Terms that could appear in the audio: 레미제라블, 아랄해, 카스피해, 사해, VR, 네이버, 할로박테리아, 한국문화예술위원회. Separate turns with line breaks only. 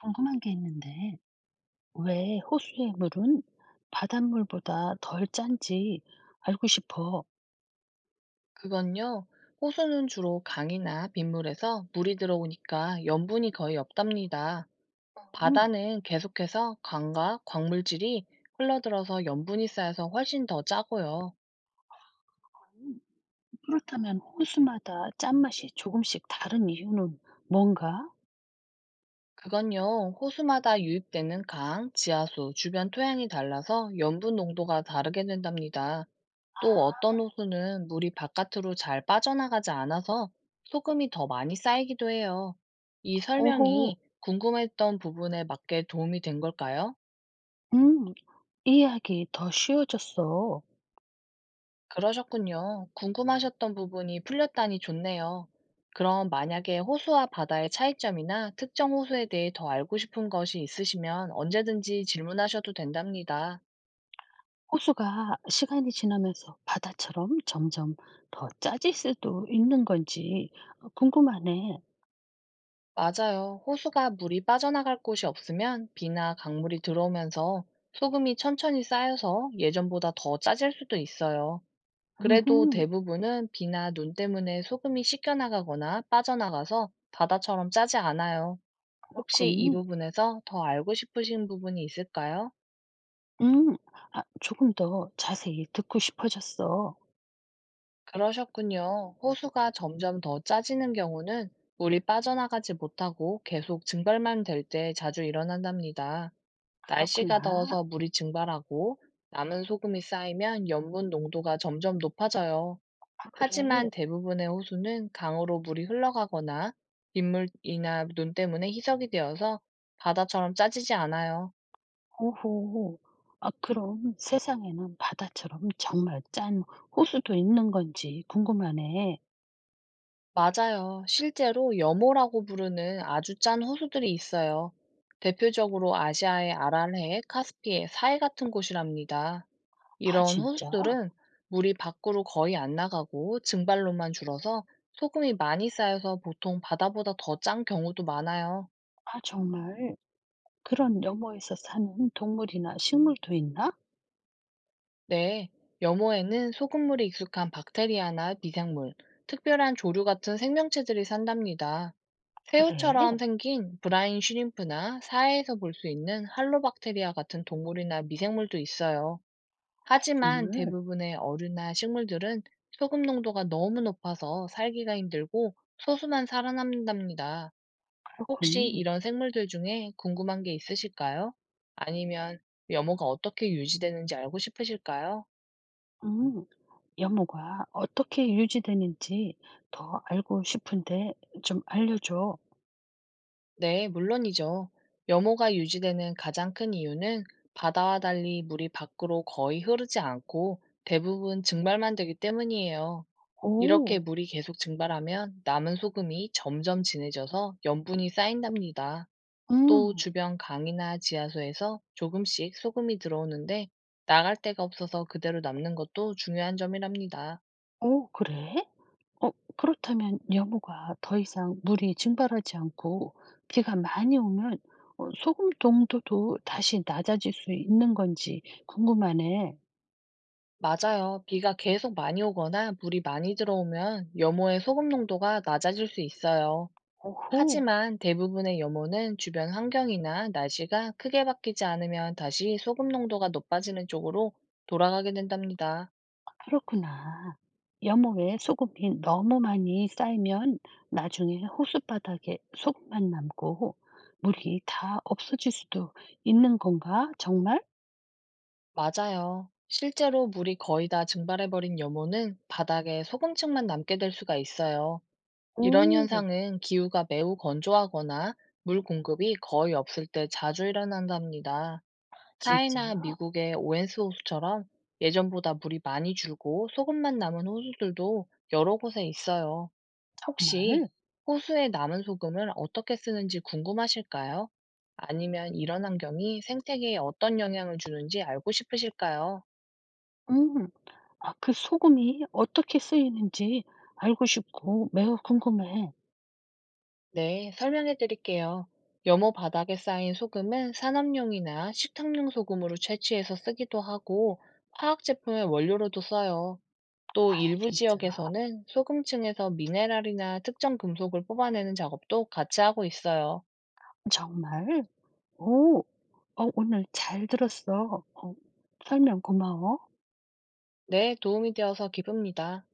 궁금한 게 있는데, 왜 호수의 물은 바닷물보다 덜 짠지 알고 싶어.
그건요, 호수는 주로 강이나 빗물에서 물이 들어오니까 염분이 거의 없답니다.
음,
바다는 계속해서 강과 광물질이 흘러들어서 염분이 쌓여서 훨씬 더 짜고요.
음. 그렇다면 호수마다 짠맛이 조금씩 다른 이유는 뭔가?
그건요, 호수마다 유입되는 강, 지하수, 주변 토양이 달라서 염분 농도가 다르게 된답니다. 또 어떤 호수는 물이 바깥으로 잘 빠져나가지 않아서 소금이 더 많이 쌓이기도 해요. 이
오호,
설명이 궁금했던 부분에 맞게 도움이 된 걸까요?
음, 이해하기 더 쉬워졌어.
그러셨군요. 궁금하셨던 부분이 풀렸다니 좋네요. 그럼 만약에 호수와 바다의 차이점이나 특정 호수에 대해 더 알고 싶은 것이 있으시면 언제든지 질문하셔도 된답니다.
호수가 시간이 지나면서 바다처럼 점점 더 짜질 수도 있는 건지 궁금하네.
맞아요. 호수가 물이 빠져나갈 곳이 없으면 비나 강물이 들어오면서 소금이 천천히 쌓여서 예전보다 더 짜질 수도 있어요. 그래도
음,
대부분은 비나 눈 때문에 소금이 씻겨나가거나 빠져나가서 바다처럼 짜지 않아요. 혹시 이
그렇군.
부분에서 더 알고 싶으신 부분이 있을까요?
음, 아, 조금 더 자세히 듣고 싶어졌어.
그러셨군요. 호수가 점점 더 짜지는 경우는 물이 빠져나가지 못하고 계속 증발만 될 때 자주 일어난답니다. 날씨가
그렇구나.
더워서 물이 증발하고 남은 소금이 쌓이면 염분 농도가 점점 높아져요.
아, 그래?
하지만 대부분의 호수는 강으로 물이 흘러가거나 빗물이나 눈 때문에 희석이 되어서 바다처럼 짜지지 않아요.
오호. 아, 그럼 세상에는 바다처럼 정말 짠 호수도 있는 건지 궁금하네.
맞아요. 실제로 여모라고 부르는 아주 짠 호수들이 있어요. 대표적으로 아시아의 아랄해, 카스피해, 사해 같은 곳이랍니다.
아,
이런
진짜?
호수들은 물이 밖으로 거의 안 나가고 증발로만 줄어서 소금이 많이 쌓여서 보통 바다보다 더 짠 경우도 많아요.
아, 정말 그런 너머에서 사는 동물이나 식물도 있나?
네, 여모에는 소금물이 익숙한 박테리아나 미생물, 특별한 조류 같은 생명체들이 산답니다. 새우처럼
그래?
생긴 브라인 쉬림프나 사해에서 볼 수 있는 할로박테리아 같은 동물이나 미생물도 있어요. 하지만
식물?
대부분의 어류나 식물들은 소금 농도가 너무 높아서 살기가 힘들고 소수만 살아남는답니다. 혹시
그렇군.
이런 생물들 중에 궁금한 게 있으실까요? 아니면 면모가 어떻게 유지되는지 알고 싶으실까요?
음. 연못가 어떻게 유지되는지 더 알고 싶은데 좀 알려줘.
네, 물론이죠. 염호가 유지되는 가장 큰 이유는 바다와 달리 물이 밖으로 거의 흐르지 않고 대부분 증발만 되기 때문이에요. 이렇게
오.
물이 계속 증발하면 남은 소금이 점점 진해져서 염분이 쌓인답니다. 또
음.
주변 강이나 지하수에서 조금씩 소금이 들어오는데 나갈 데가 없어서 그대로 남는 것도 중요한 점이랍니다.
오, 그래? 어, 그렇다면 여모가 더 이상 물이 증발하지 않고 비가 많이 오면 어, 소금 농도도 다시 낮아질 수 있는 건지 궁금하네.
맞아요. 비가 계속 많이 오거나 물이 많이 들어오면 염호의 소금 농도가 낮아질 수 있어요.
오호.
하지만 대부분의 염호는 주변 환경이나 날씨가 크게 바뀌지 않으면 다시 소금 농도가 높아지는 쪽으로 돌아가게 된답니다.
그렇구나. 여모에 소금이 너무 많이 쌓이면 나중에 호수 바닥에 소금만 남고 물이 다 없어질 수도 있는 건가 정말?
맞아요. 실제로 물이 거의 다 증발해버린 염호는 바닥에 소금층만 남게 될 수가 있어요. 이런
오,
현상은 기후가 매우 건조하거나 물 공급이 거의 없을 때 자주 일어난답니다.
진짜?
사해나 미국의 오웬스 호수처럼 예전보다 물이 많이 줄고 소금만 남은 호수들도 여러 곳에 있어요. 혹시
정말?
호수에 남은 소금을 어떻게 쓰는지 궁금하실까요? 아니면 이런 환경이 생태계에 어떤 영향을 주는지 알고 싶으실까요?
음. 아, 그 소금이 어떻게 쓰이는지 알고 싶고 매우 궁금해.
네, 설명해 드릴게요. 염호 바닥에 쌓인 소금은 산업용이나 식탁용 소금으로 채취해서 쓰기도 하고 화학 제품의 원료로도 써요. 또 일부
진짜?
지역에서는 소금층에서 미네랄이나 특정 금속을 뽑아내는 작업도 같이 하고 있어요.
정말? 오. 어, 오늘 잘 들었어. 어, 설명 고마워.
네, 도움이 되어서 기쁩니다.